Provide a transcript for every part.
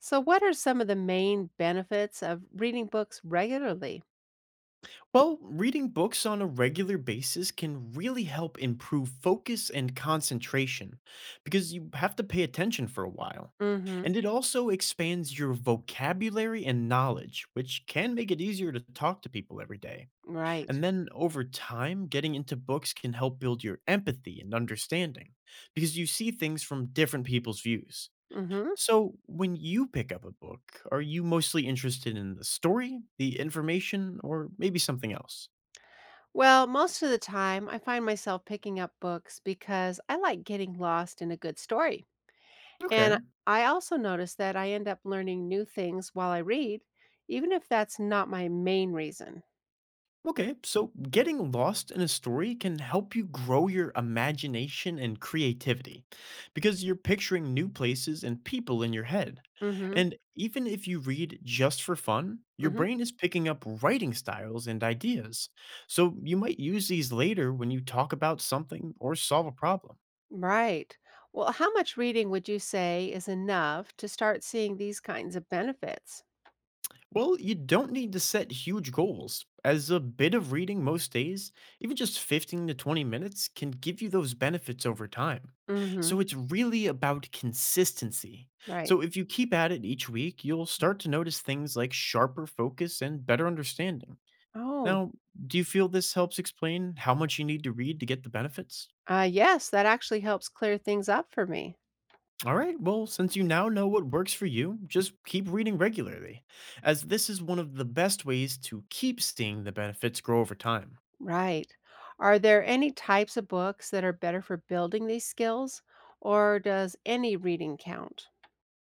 So, what are some of the main benefits of reading books regularly? Well, reading books on a regular basis can really help improve focus and concentration because you have to pay attention for a while. Mm-hmm. And it also expands your vocabulary and knowledge, which can make it easier to talk to people every day. Right. And then over time, getting into books can help build your empathy and understanding because you see things from different people's views. Hmm. So, when you pick up a book, are you mostly interested in the story, the information, or maybe something else? Well, most of the time, I find myself picking up books because I like getting lost in a good story. Okay. And I also notice that I end up learning new things while I read, even if that's not my main reason. Okay. So getting lost in a story can help you grow your imagination and creativity because you're picturing new places and people in your head. Mm-hmm. And even if you read just for fun, your Mm-hmm. brain is picking up writing styles and ideas. So you might use these later when you talk about something or solve a problem. Right. Well, how much reading would you say is enough to start seeing these kinds of benefits? Well, you don't need to set huge goals, as a bit of reading most days, even just 15 to 20 minutes, can give you those benefits over time. Mm-hmm. So it's really about consistency. Right. So if you keep at it each week, you'll Mhm. start to notice things like sharper focus and better understanding. Oh, Now, do you feel this helps explain how much you need to read to get the benefits? Yes, that actually helps clear things up for me. All right, well, since you now know what works for you, just keep reading regularly, as this is one of the best ways to keep seeing the benefits grow over time. Right. Are there any types of books that are better for building these skills, or does any reading count?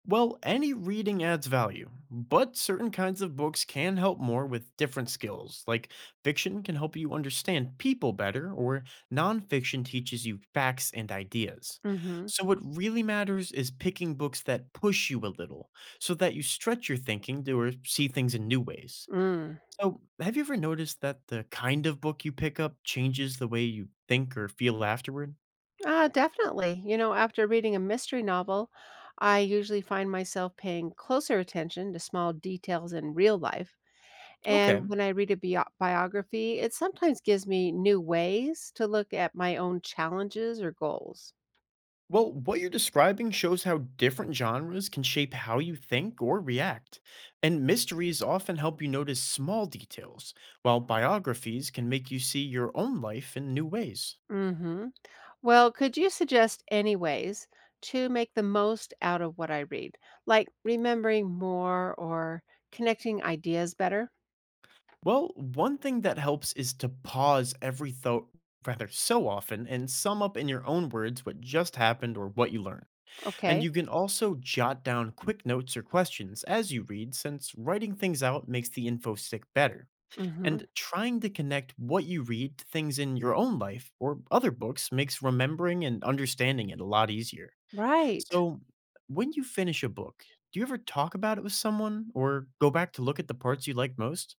Well, any reading adds value, but certain kinds of books can help more with different skills. Like fiction can help you understand people better, or nonfiction teaches you facts and ideas. Mm-hmm. So, what really matters is picking books that push you a little so that you stretch your thinking to or see things in new ways. Mm. So, have you ever noticed that the kind of book you pick up changes the way you think or feel afterward? Definitely. You know, after reading a mystery novel, I usually find myself paying closer attention to small details in real life. Okay. And when I read a biography, it sometimes gives me new ways to look at my own challenges or goals. Well, what you're describing shows how different genres can shape how you think or react. And mysteries often help you notice small details, while biographies can make you see your own life in new ways. Mm-hmm. Well, could you suggest any ways to make the most out of what I read, like remembering more or connecting ideas better? Well, one thing that helps is to pause every thought rather so often and sum up in your own words what just happened or what you learned. And Okay. you can also jot down quick notes or questions as you read, since writing things out makes the info stick better. Hmm. And trying to connect what you read to things in your own life or other books makes remembering and understanding it a lot easier. Right. So, when you finish a book, do you ever talk about it with someone or go back to look at the parts you liked most?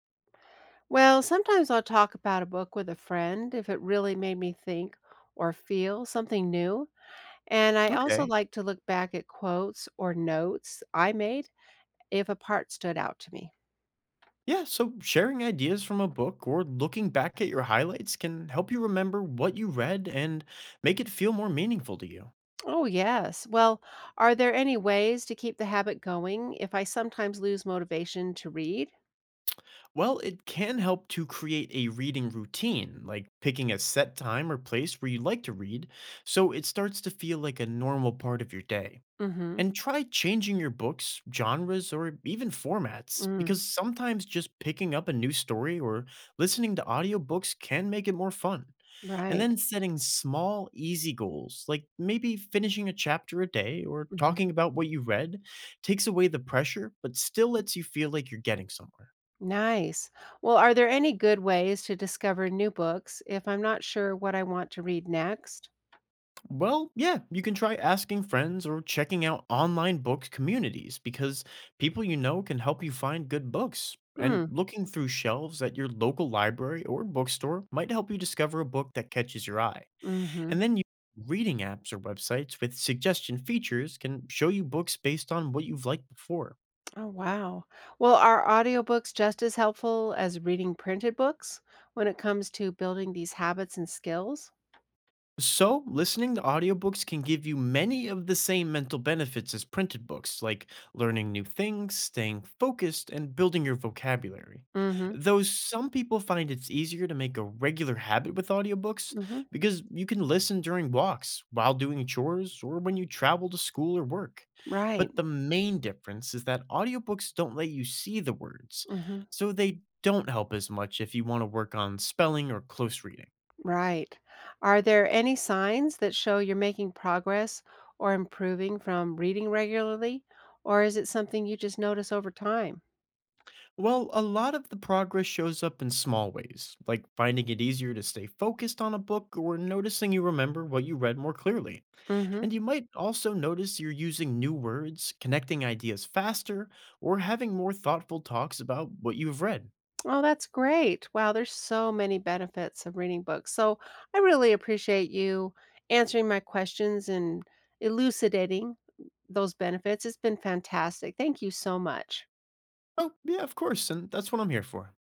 Well, sometimes I'll talk about a book with a friend if it really made me think or feel something new. And I also Okay. like to look back at quotes or notes I made if a part stood out to me. Yeah, so sharing ideas from a book or looking back at your highlights can help you remember what you read and make it feel more meaningful to you. Oh, yes. Well, are there any ways to keep the habit going if I sometimes lose motivation to read? Well, it can help to create a reading routine, like picking a set time or place where you like to read, so it starts to feel like a normal part of your day. Mhm. And try changing your books, genres, or even formats, Mm, because sometimes just picking up a new story or listening to audiobooks can make it more fun. And right. then setting small, easy goals, like maybe finishing a chapter a day or Mhm. talking about what you read, takes away the pressure, but still lets you feel like you're getting somewhere. Nice. Well, are there any good ways to discover new books if I'm not sure what I want to read next? Well, yeah, you can try asking friends or checking out online book communities because people you know can help you find good books. And Mm. looking through shelves at your local library or bookstore might help you discover a book that catches your eye. Mhm. And then you reading apps or websites with suggestion features can show you books based on what you've liked before. Oh, wow. Well, are audiobooks just as helpful as reading printed books when it comes to building these habits and skills? So, listening to audiobooks can give you many of the same mental benefits as printed books, like learning new things, staying focused, and building your vocabulary. Mhm. Though some people find it's easier to make a regular habit with audiobooks Mhm. because you can listen during walks, while doing chores, or when you travel to school or work. Right. But the main difference is that audiobooks don't let you see the words, Mhm. so they don't help as much if you want to work on spelling or close reading. Right. Are there any signs that show you're making progress or improving from reading regularly? Or is it something you just notice over time? Well, a lot of the progress shows up in small ways, like finding it easier to stay focused on a book or noticing you remember what you read more clearly. Hmm. And you might also notice you're using new words, connecting ideas faster, or having more thoughtful talks about what you've read. Oh, that's great. Wow, there's so many benefits of reading books. So I really appreciate you answering my questions and elucidating those benefits. It's been fantastic. Thank you so much. Oh, yeah, of course, and that's what I'm here for.